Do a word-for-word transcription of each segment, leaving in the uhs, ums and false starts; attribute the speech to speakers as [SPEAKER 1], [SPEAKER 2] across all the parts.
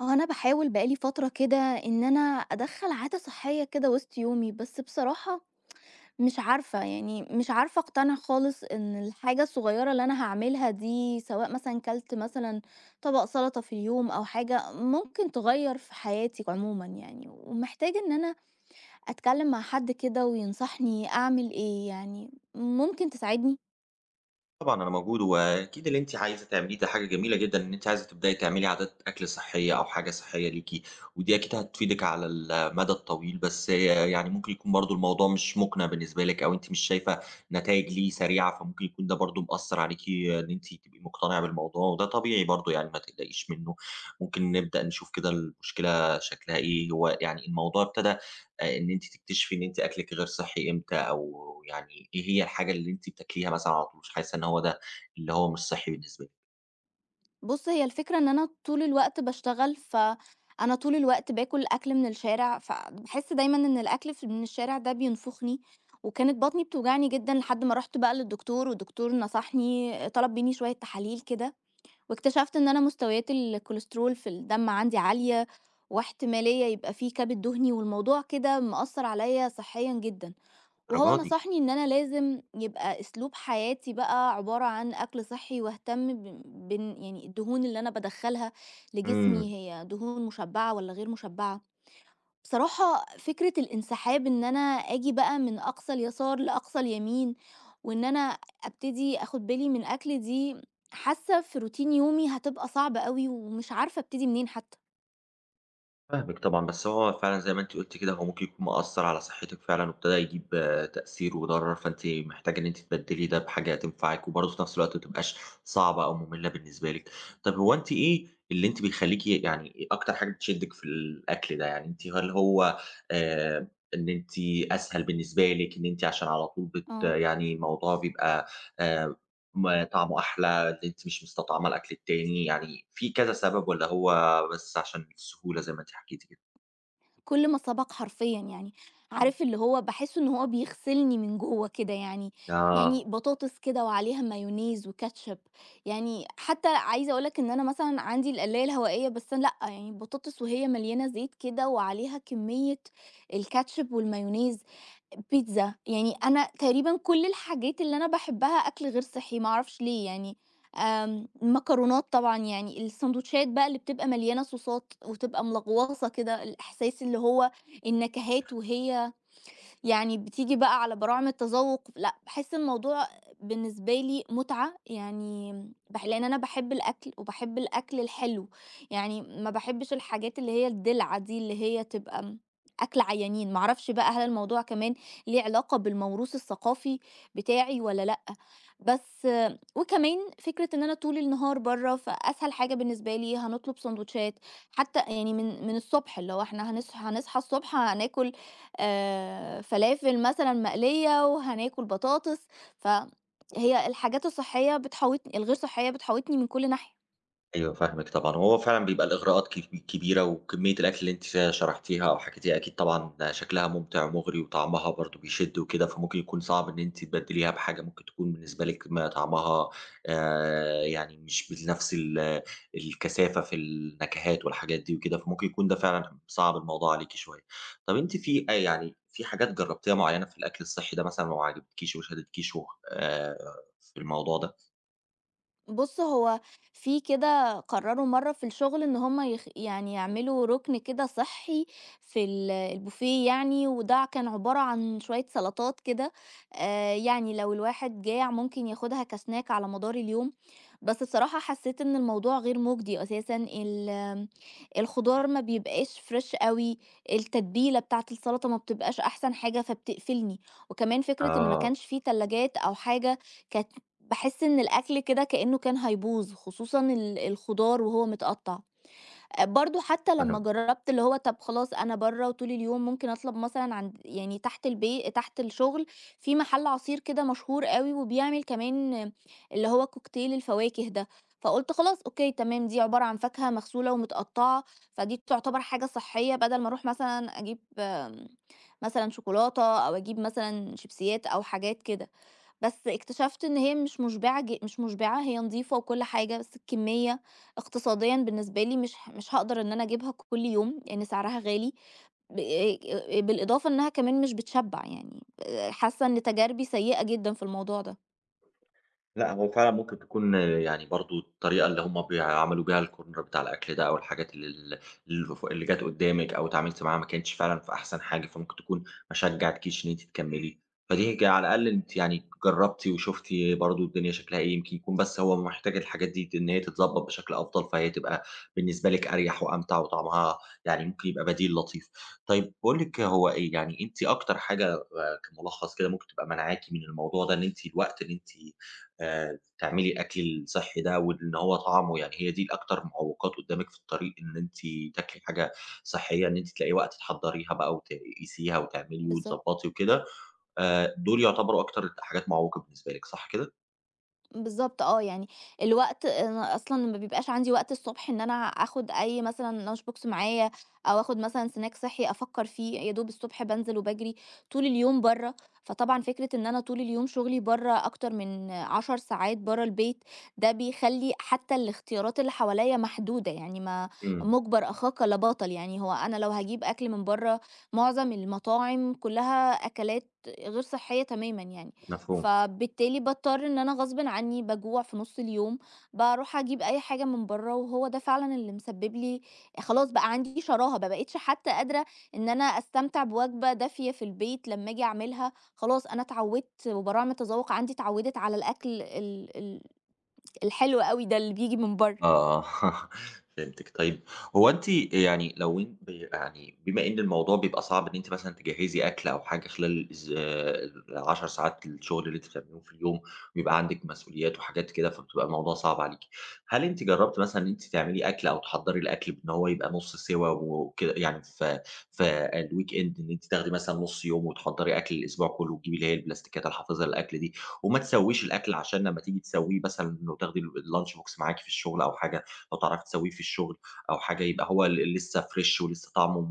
[SPEAKER 1] هو أنا باحاول بقى لي فترة كده إن أنا أدخّل عادة صحية كده وسط يومي، بس بصراحة مش عارفة، يعني مش عارفة أقتنع خالص إن الحاجة الصغيرة اللي أنا هاعملها دي، سواء مثلًا كلت مثلًا طبق سلطة في اليوم أو حاجة، ممكن تغيّر في حياتي عمومًا يعني، ومحتاجة إن أنا أتكلم مع حد كده وينصحني أعمل إيه يعني، ممكن تساعدني؟
[SPEAKER 2] طبعًا أنا موجود، وأكيد اللي أنتِ عايزة تعمليه ده حاجة جميلة جدًا، إن أنتِ عايزة تبدئي تعملي عادات أكل صحية أو حاجة صحية ليكِ، ودي أكيد هتفيدِك على المدى الطويل. بس آه، يعني ممكن يكون برضه الموضوع مش مقنع بالنسبة لِك، أو أنتِ مش شايفة نتايج ليه سريعة، فممكن يكون ده برضه مأثّر عليكِ إن أنتِ تبقي مقتنعة بالموضوع، وده طبيعي برضه، يعني ما تقلقيش منه. ممكن نبدأ نشوف كده المشكلة شكلها إيه. هو يعني الموضوع ابتدى آآ إن أنتِ تكتشفي إن أنتِ أكلِك غير صحّي إمتى؟ أو يعني إيه هي الحاجة اللي أنتِ بتاكليها مثلًا على طول، مش حاسة إن هو ده اللي هو مش صحّي بالنسبة لِك؟
[SPEAKER 1] بُص، هي الفكرة إن أنا طول الوقت باشتغل، فأنا طول الوقت باكل أكل من الشارع، فباحس دايمًا إن الأكل ف من الشارع ده بينفخني، وكانت بطني بتوجعني جدًا لحد ما رُحت بقى للدكتور، والدكتور نصحني طلب مني شوية تحاليل كده، واكتشفت إن أنا مستويات الكوليسترول في الدم عندي عالية، واحتمالية يبقى في كبد دهني، والموضوع كده مأثّر عليَّ صحيًا جدًا. وهو
[SPEAKER 2] للدرجة دي!
[SPEAKER 1] نصحني إن أنا لازم يبقى أسلوب حياتي بقى عبارة عن أكل صحّي واهتم ب بإن يعني الدهون اللي أنا بادخّلها لجسمي
[SPEAKER 2] إمم.
[SPEAKER 1] هي دهون مُشبّعة والّا غير مُشبّعة. بصراحة فكرة الانسحاب إن أنا آجي بقى من أقصى اليسار لأقصى اليمين، وإن أنا أبتدي آخُد بالي من أكلي دي، حاسة في روتين يومي هتبقى صعبة أوي ومش عارفة أبتدي منين حتى.
[SPEAKER 2] فاهمِك طبعًا، بس هو فعلًا زي ما أنتِ قُلتِ كده، هو ممكن يكون مأثّر على صحتِك فعلًا وابتدى يجيب آه، تأثير وضرر، فأنتِ محتاجة إن أنتِ تبدّلي ده بحاجة تنفعِك، وبرضه في نفس الوقت ما تبقاش صعبة أو مملة بالنسبة لِك. طب هو أنتِ إيه اللي أنتِ بيخلّيكِ، يعني إيه أكتر حاجة بتشدِّك في الأكل ده؟ يعني أنتِ هل هو آآ إن أنتِ أسهل بالنسبة لِك، إن أنتِ عشان على طول بت
[SPEAKER 1] آه.
[SPEAKER 2] يعني الموضوع بيبقى آآ ما طعمه أحلى؟ اللي أنتِ مش مستطعمة الأكل التاني؟ يعني في كذا سبب والّا هو بس عشان السهولة زي ما أنتِ حكيتِ كده؟
[SPEAKER 1] كل ما سبق حرفيًا يعني،
[SPEAKER 2] إمم.
[SPEAKER 1] عارف اللي هو باحس إن هو بيغسلني من جوّه كده يعني، يعني
[SPEAKER 2] آه.
[SPEAKER 1] بطاطس كده وعليها مايونيز وكاتشب، يعني حتى عايزة أقول لك إن أنا مثلًا عندي القلاية الهوائية بس أنا لأ، يعني البطاطس وهي مليانة زيت كده وعليها كمية الكاتشب والمايونيز بيتزا، يعني أنا تقريبًا كل الحاجات اللي أنا باحبها أكل غير صحّي، ما أعرفش ليه يعني، آمم، مكرونات طبعًا يعني، الساندوتشات بقى اللي بتبقى مليانة صوصات وتبقى ملغوصة كده، الإحساس اللي هو النكهات وهي يعني بتيجي بقى على براعم التذوق، لأ، باحس الموضوع بالنسبة لي متعة، يعني باح لإن أنا باحب الأكل وباحب الأكل الحلو، يعني ما باحبش الحاجات اللي هي الدلعة دي اللي هي تبقى م أكل عيانين، ما أعرفش بقى هل الموضوع كمان ليه علاقة بالموروث الثقافي بتاعي والّا لأ، بس آه، وكمان فكرة إن أنا طول النهار برّه، فأسهل حاجة بالنسبة لي هنطلب ساندوتشات، حتى يعني من من الصبح اللي هو إحنا هنصحى هنصحى الصبح هناكل آآ فلافل مثلًا مقلية وهناكل بطاطس، فهي الحاجات الصحية بتحوّطني الغير صحية بتحوّطني من كل ناحية.
[SPEAKER 2] أيوه فاهمِك طبعًا، وهو فعلًا بيبقى الإغراءات كب كبيرة، وكمية الأكل اللي أنتِ شرحتيها أو حكيتيها أكيد طبعًا شكلها مُمتِع ومُغري، وطعمها برضه بيشد وكده، فممكن يكون صعب إن أنتِ تبدّليها بحاجة ممكن تكون بالنسبة لِك ما طعمها آآ يعني مش بنفس ال الكثافة في النكهات والحاجات دي وكده، فممكن يكون ده فعلًا صعب الموضوع عليكِ شوية. طَب أنتِ في أ يعني في حاجات جرّبتيها معيّنة في الأكل الصحّي ده مثلًا وما عجبتكيش وشدتكيش، وخ آآ في الموضوع ده؟
[SPEAKER 1] بُص، هو في كده قرّروا مرّة في الشغل إن هم يخ يعني يعملوا رُكن كده صحّي في ال البوفيه يعني، وده كان عبارة عن شوية سلطات كده آآ، يعني لو الواحد جاع ممكن ياخدها كسناك على مدار اليوم، بس بصراحة حسّيت إن الموضوع غير مُجدي أساسًا، ال آمم، الخضار ما بيبقاش فريش أوي، التتبيلة بتاعة السلطة ما بتبقاش أحسن حاجة فبتقفلني، وكمان فكرة إن ما
[SPEAKER 2] آه،
[SPEAKER 1] كانش في تلاجات أو حاجة كانت باحس إن الأكل كده كإنه كان هيبوظ، خصوصًا ال الخضار وهو متقطّع. آآ برضه حتى لمّا
[SPEAKER 2] فاهم.
[SPEAKER 1] جرّبت اللي هو طب خلاص أنا برّه وطول اليوم ممكن أطلب مثلًا عند يعني تحت البي تحت الشغل في محل عصير كده مشهور أوي وبيعمل كمان آه، اللي هو كوكتيل الفواكه ده، فقُلت خلاص أوكي تمام دي عبارة عن فاكهة مغسولة ومتقطّعة، فدي تعتبر حاجة صحّية بدل ما أروح مثلًا أجيب آمم مثلًا شوكولاتة أو أجيب مثلًا شيبسيات أو حاجات كده. بس اكتشفت إن هي مش مُشبعة ج مش مُشبعة، هي نضيفة وكل حاجة، بس الكمية اقتصاديًا بالنسبة لي مش ه مش هاقدر إن أنا أجيبها كل يوم، لإن سعرها غالي، ب آآ بالإضافة إنها كمان مش بتشبع يعني، آآ حاسة إن تجاربي سيئة جدًا في الموضوع ده.
[SPEAKER 2] لأ، هو فعلًا ممكن تكون آه، يعني برضه الطريقة اللي هم بيعملوا بيها الcorner بتاع الأكل ده، أو الحاجات اللي ال اللي ف اللي جات قدّامِك أو اتعاملتِ معاها ما كانتش فعلًا في أحسن حاجة، فممكن تكون ما شجعتكيش إن أنتِ تكمّلي. فدي ج على الأقل أنتِ يعني جرّبتِ وشُفتِ برضه الدنيا شكلها إيه. يمكن يكون بس هو محتاج الحاجات دي ت إن هي تتضبّط بشكل أفضل، فهي تبقى بالنسبة لِك أريح وأمتع، وطعمها يعني ممكن يبقى بديل لطيف. طيب باقول لِك هو إيه، يعني أنتِ أكتر حاجة آآ كمُلخّص كده ممكن تبقى مانعاكِ من الموضوع ده، إن أنتِ الوقت اللي أنتِ آآ تعملي الأكل الصحّي ده، وإن هو طعمه، يعني هي دي أكتر معوّقات قدّامِك في الطريق إن أنتِ تاكلي حاجة صحّية، إن أنتِ تلاقي وقت تحضّريها بقى وتقيسيها وتعملي
[SPEAKER 1] بالضبط.
[SPEAKER 2] وتضبّطي وكده. آآ دول يعتبروا أكتر حاجات معوّقة بالنسبة لِك، صح كده؟
[SPEAKER 1] بالضبط آه، يعني الوقت أنا أصلًا ما بيبقاش عندي وقت الصبح إن أنا آخُد أي مثلًا lunch box معايا أو آخُد مثلًا snack صحّي أفكّر فيه، يا دوب الصبح بانزل وباجري، طول اليوم برّه، فطبعًا فكرة إن أنا طول اليوم شُغلي برّه أكتر من 10 ساعات برّه البيت، ده بيخلّي حتّى الاختيارات اللي حواليّا محدودة، يعني ما
[SPEAKER 2] إمم،
[SPEAKER 1] مُجبر أخاك لا بَطَل، يعني هو أنا لو هاجيب أكل من برّه، معظم المطاعم كُلّها أكلات غير صحّية تمامًا يعني.
[SPEAKER 2] مفهوم.
[SPEAKER 1] فبالتالي باضطر إن أنا غصبٍ عني باجوع في نُص اليوم، باروح أجيب أي حاجة من برّه، وهو ده فعلًا اللي مسبب لي خلاص بقى عندي شراهة، ما بقيتش حتى قادرة إن أنا أستمتع بوجبة دافية في البيت لمّا آجي أعملها، خلاص أنا اتعودت وباراعي التذوق عندي اتعودت على الأكل ال ال الحلو أوي ده اللي بييجي من برّه.
[SPEAKER 2] آه، فهمتِك. طيب هو أنتِ يعني لو أن ب يعني بما إن الموضوع بيبقى صعب إن أنتِ مثلًا تجهّزي أكل أو حاجة خلال الز العشر ساعات الشغل اللي أنتِ بتعمليهم في اليوم، وبيبقى عندِك مسؤوليات وحاجات كده، فبتبقى الموضوع صعب عليكِ. هل أنتِ جرّبتِ مثلًا إن أنتِ تعملي أكل أو تحضّري الأكل بإن هو يبقى نُص سِوَى وكده؟ يعني في في الweekend إن أنتِ تاخدي مثلًا نُص يوم وتحضّري أكل الأسبوع كُلّه، وتجيبي اللي هي البلاستيكات الحافظة للأكل دي، وما تسوّيش الأكل عشان لمّا تيجي تسوّيه مثلًا، لو تاخدي ال الlunch box معاكِ في الشغل أو حاجة، لو تعرفي تسوّيه في الشغل أو حاجة، يبقى هو ل لسه fresh، ولسه طعمه م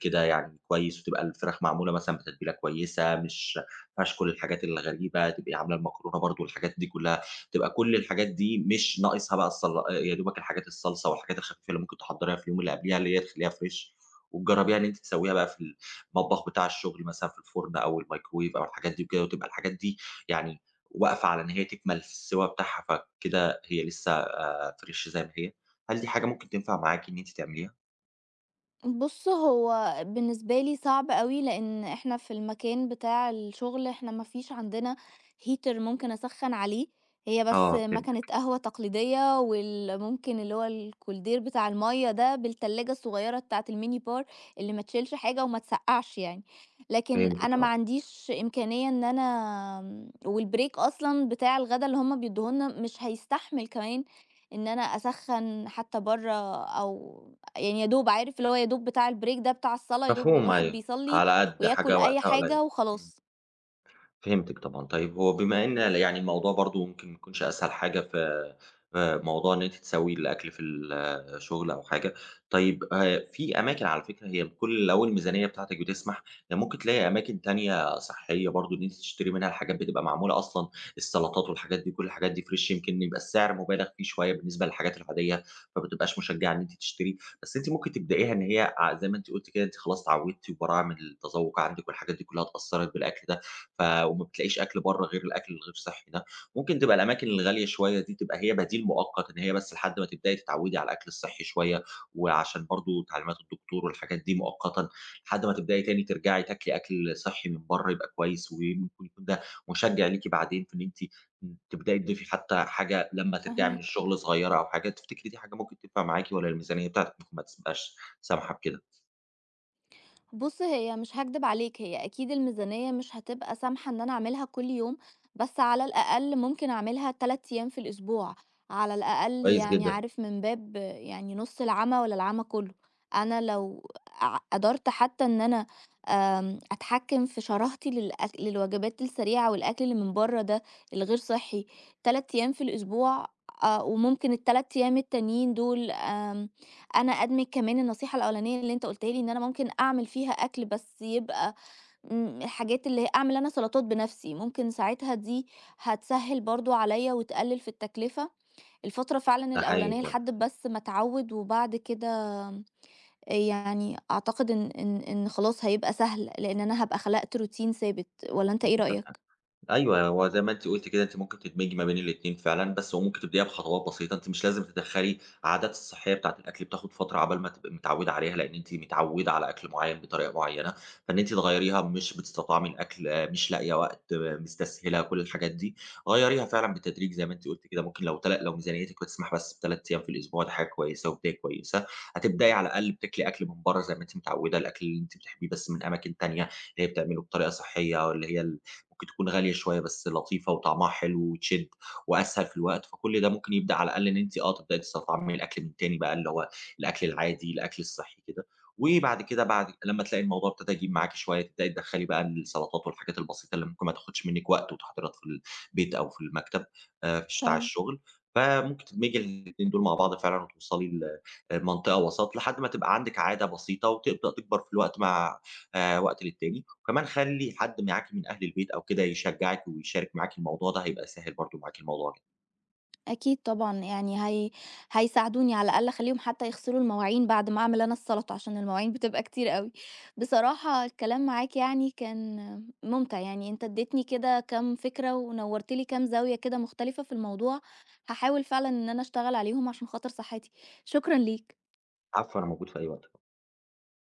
[SPEAKER 2] كده يعني كويس، وتبقى الفراخ معمولة مثلًا بتتبيلة كويسة، مش ما فيهاش كل الحاجات الغريبة، تبقي عاملة المكرونة برضه والحاجات دي كلّها، تبقى كل الحاجات دي مش ناقصها بقى الصل يا دوبك الحاجات الصلصة والحاجات الخفيفة اللي ممكن تحضّريها في اليوم اللي قبليها، اللي هي تخلّيها fresh، وتجرّبيها إن أنتِ تسوّيها بقى في المطبخ بتاع الشغل مثلًا، في الفرن أو الميكروويف أو الحاجات دي وكده، وتبقى الحاجات دي يعني وواقفة على إن هي تكمل السِوَى بتاعها، فكده هي لسه فريش زي ما هي. هل دي حاجة ممكن تنفع معاكِ إن أنتِ تعمليها؟
[SPEAKER 1] بُص، هو بالنسبة لي صعب أوي، لإن إحنا في المكان بتاع الشغل إحنا ما فيش عندنا heater ممكن أسخّن عليه، هي بس
[SPEAKER 2] آه
[SPEAKER 1] ماكينة
[SPEAKER 2] فهمتِك.
[SPEAKER 1] قهوة تقليدية وال ممكن اللي هو الكولدير بتاع المَيّة ده بالتلاجة الصغيّرة بتاعة الmini bar اللي ما تشيلش حاجة وما تسقّعش يعني. لكن أنا
[SPEAKER 2] فهمتِك
[SPEAKER 1] ما
[SPEAKER 2] آه.
[SPEAKER 1] عنديش إمكانية إن أنا آمم والbreak أصلًا بتاع الغدا اللي هم بيدّوه لنا مش هيستحمل كمان إن أنا أسخّن حتى برّه أو يعني يا دوب عارف اللي هو يا دوب بتاع الbreak ده بتاع الصلاة، يا دوب
[SPEAKER 2] مفهوم
[SPEAKER 1] الواحد
[SPEAKER 2] أيوه.
[SPEAKER 1] بيصلّي
[SPEAKER 2] على قد
[SPEAKER 1] وياكل
[SPEAKER 2] حاجة
[SPEAKER 1] أي
[SPEAKER 2] وقتها قليل.
[SPEAKER 1] حاجة
[SPEAKER 2] إمم.
[SPEAKER 1] وخلاص.
[SPEAKER 2] فهمتِك طبعًا. طيب هو بما إن يعني الموضوع برضه ممكن ما يكونش أسهل حاجة ف آآ موضوع إن أنتِ تسوّي الأكل في الشغل أو حاجة. طيب آآ في أماكن على فكرة هي بكل لو الميزانية بتاعتك بتسمح، يعني ممكن تلاقي أماكن تانية صحّية برضه إن أنتِ تشتري منها الحاجات. بتبقى معمولة أصلًا، السلطات والحاجات دي، كل الحاجات دي فريش. يمكن يبقى السعر مبالغ فيه شوية بالنسبة للحاجات العادية، فما تبقاش مشجّعة إن أنتِ تشتري، بس أنتِ ممكن تبدئيها، إن هي ع زي ما أنتِ قُلتِ كده، أنتِ خلاص اتعوّدتِ، وبراعم التذوّق عندِك والحاجات دي كلها اتأثّرت بالأكل ده، ف وما بتلاقيش أكل برّه غير الأكل الغير صحّي ده. ممكن تبقى الأماكن الغالية شوية دي تبقى هي بديل مؤقت، إن هي بس لحد ما تبدئي تتعوّدي على الأكل الصحّي شوية، وعشان برضه تعليمات الدكتور والحاجات دي مؤقتًا، لحد ما تبدئي تاني ترجعي تاكلي أكل صحّي من برّه يبقى كويس. وممكن يكون ده مشجّع ليكِ بعدين في إن أنتِ تبدئي تضيفي حتى حاجة لمّا ترجعي من
[SPEAKER 1] فاهماك.
[SPEAKER 2] الشغل صغيّرة أو حاجة. تفتكري دي حاجة ممكن تنفع معاكِ، والّا الميزانية بتاعتِك ممكن ما تبقاش سامحة بكده؟
[SPEAKER 1] بُص، هي مش هاكدب عليك، هي أكيد الميزانية مش هتبقى سامحة إن أنا أعملها كل يوم، بس على الأقل ممكن أعملها 3 أيام في الأسبوع، على الأقل
[SPEAKER 2] كويس
[SPEAKER 1] يعني
[SPEAKER 2] جدًا.
[SPEAKER 1] عارف من باب يعني نُص العمى ولا العمى كله، أنا لو ع قدرت حتى إن أنا آمم، أتحكم في شراهتي للأك للوجبات السريعة والأكل اللي من برّه ده الغير صحّي 3 أيام في الأسبوع آه، وممكن الثلاثة أيام التانيين دول آمم أنا أدمج كمان النصيحة الأولانية اللي أنت قُلتها لي إن أنا ممكن أعمل فيها أكل بس يبقى امم، الحاجات اللي هي أعمل أنا سلطات بنفسي، ممكن ساعتها دي هتسهِّل برضه عليّا وتقلِّل في التكلفة، الفترة فعلًا
[SPEAKER 2] ده
[SPEAKER 1] الأولانية
[SPEAKER 2] حقيقي
[SPEAKER 1] لحد بس ما أتعوِّد وبعد كده يعني أعتقد إن إن إن خلاص هيبقى سهل، لإن أنا هابقى خلقت روتين ثابت، والّا أنت إيه
[SPEAKER 2] فعلًا.
[SPEAKER 1] رأيك؟
[SPEAKER 2] ايوه، هو زي ما انت قلت كده، انت ممكن تدمجي ما بين الاثنين فعلا. بس وممكن تبديها بخطوات بسيطه. انت مش لازم تدخلي عادات الصحيه بتاعت الاكل، بتاخد فتره عبال ما تبقى متعوده عليها، لان انت متعوده على اكل معين بطريقه معينه، فان انت تغيريها مش بتستطعمي الاكل، آه، مش لاقيه وقت، آه، مستسهله، كل الحاجات دي غيريها فعلا بالتدريج زي ما انت قلت كده. ممكن لو تل... لو ميزانيتك بتسمح بس بثلاث ايام في الاسبوع، دي حاجه كويسه وبدايه كويسه. هتبداي على الاقل بتاكلي اكل من بره زي ما انت متعوده، الاكل اللي انت بتحبيه، بس من اماكن تانيه اللي هي بتعمله بطريقه صحيه، واللي هي ممكن تكون غالية شوية بس لطيفة وطعمها حلو وتشد، وأسهل في الوقت. فكل ده ممكن يبدأ على الأقل إن أنتِ آه تبدئي تستطعمي الأكل من تاني بقى، اللي هو الأكل العادي، الأكل الصحّي كده. وبعد كده، بعد لمّا تلاقي الموضوع ابتدى يجيب معاكِ شوية، تبدئي تدخّلي بقى السلطات والحاجات البسيطة اللي ممكن ما تاخدش منِّك وقت، وتحضيرها في البيت أو في المكتب، آآ في ش بتاع
[SPEAKER 1] فعلًا.
[SPEAKER 2] الشغل. فممكن تدمجي الاتنين دول مع بعض فعلًا، وتوصلي ل لمنطقة وسَط لحد ما تبقى عندِك عادة بسيطة، وتبدأ تكبر في الوقت مع آآ وقت للتاني. وكمان خلّي حد معاكِ من أهل البيت أو كده يشجّعِك ويشارك معاكِ الموضوع ده، هيبقى سهِّل برضه معاكِ الموضوع جدًا.
[SPEAKER 1] أكيد طبعًا، يعني هي هيساعدوني على الأقل أخلّيهم حتى يغسلوا المواعين بعد ما أعمل أنا السَلطة، عشان المواعين بتبقى كتير أوي. بصراحة الكلام معاك يعني كان مُمتع، يعني أنت ادّيتني كده كام فكرة ونوّرت لي كام زاوية كده مختلفة في الموضوع، هاحاول فعلًا إن أنا أشتغل عليهم عشان خاطر صحتي. شكرًا ليك.
[SPEAKER 2] العفو، أنا موجود في أي وقت.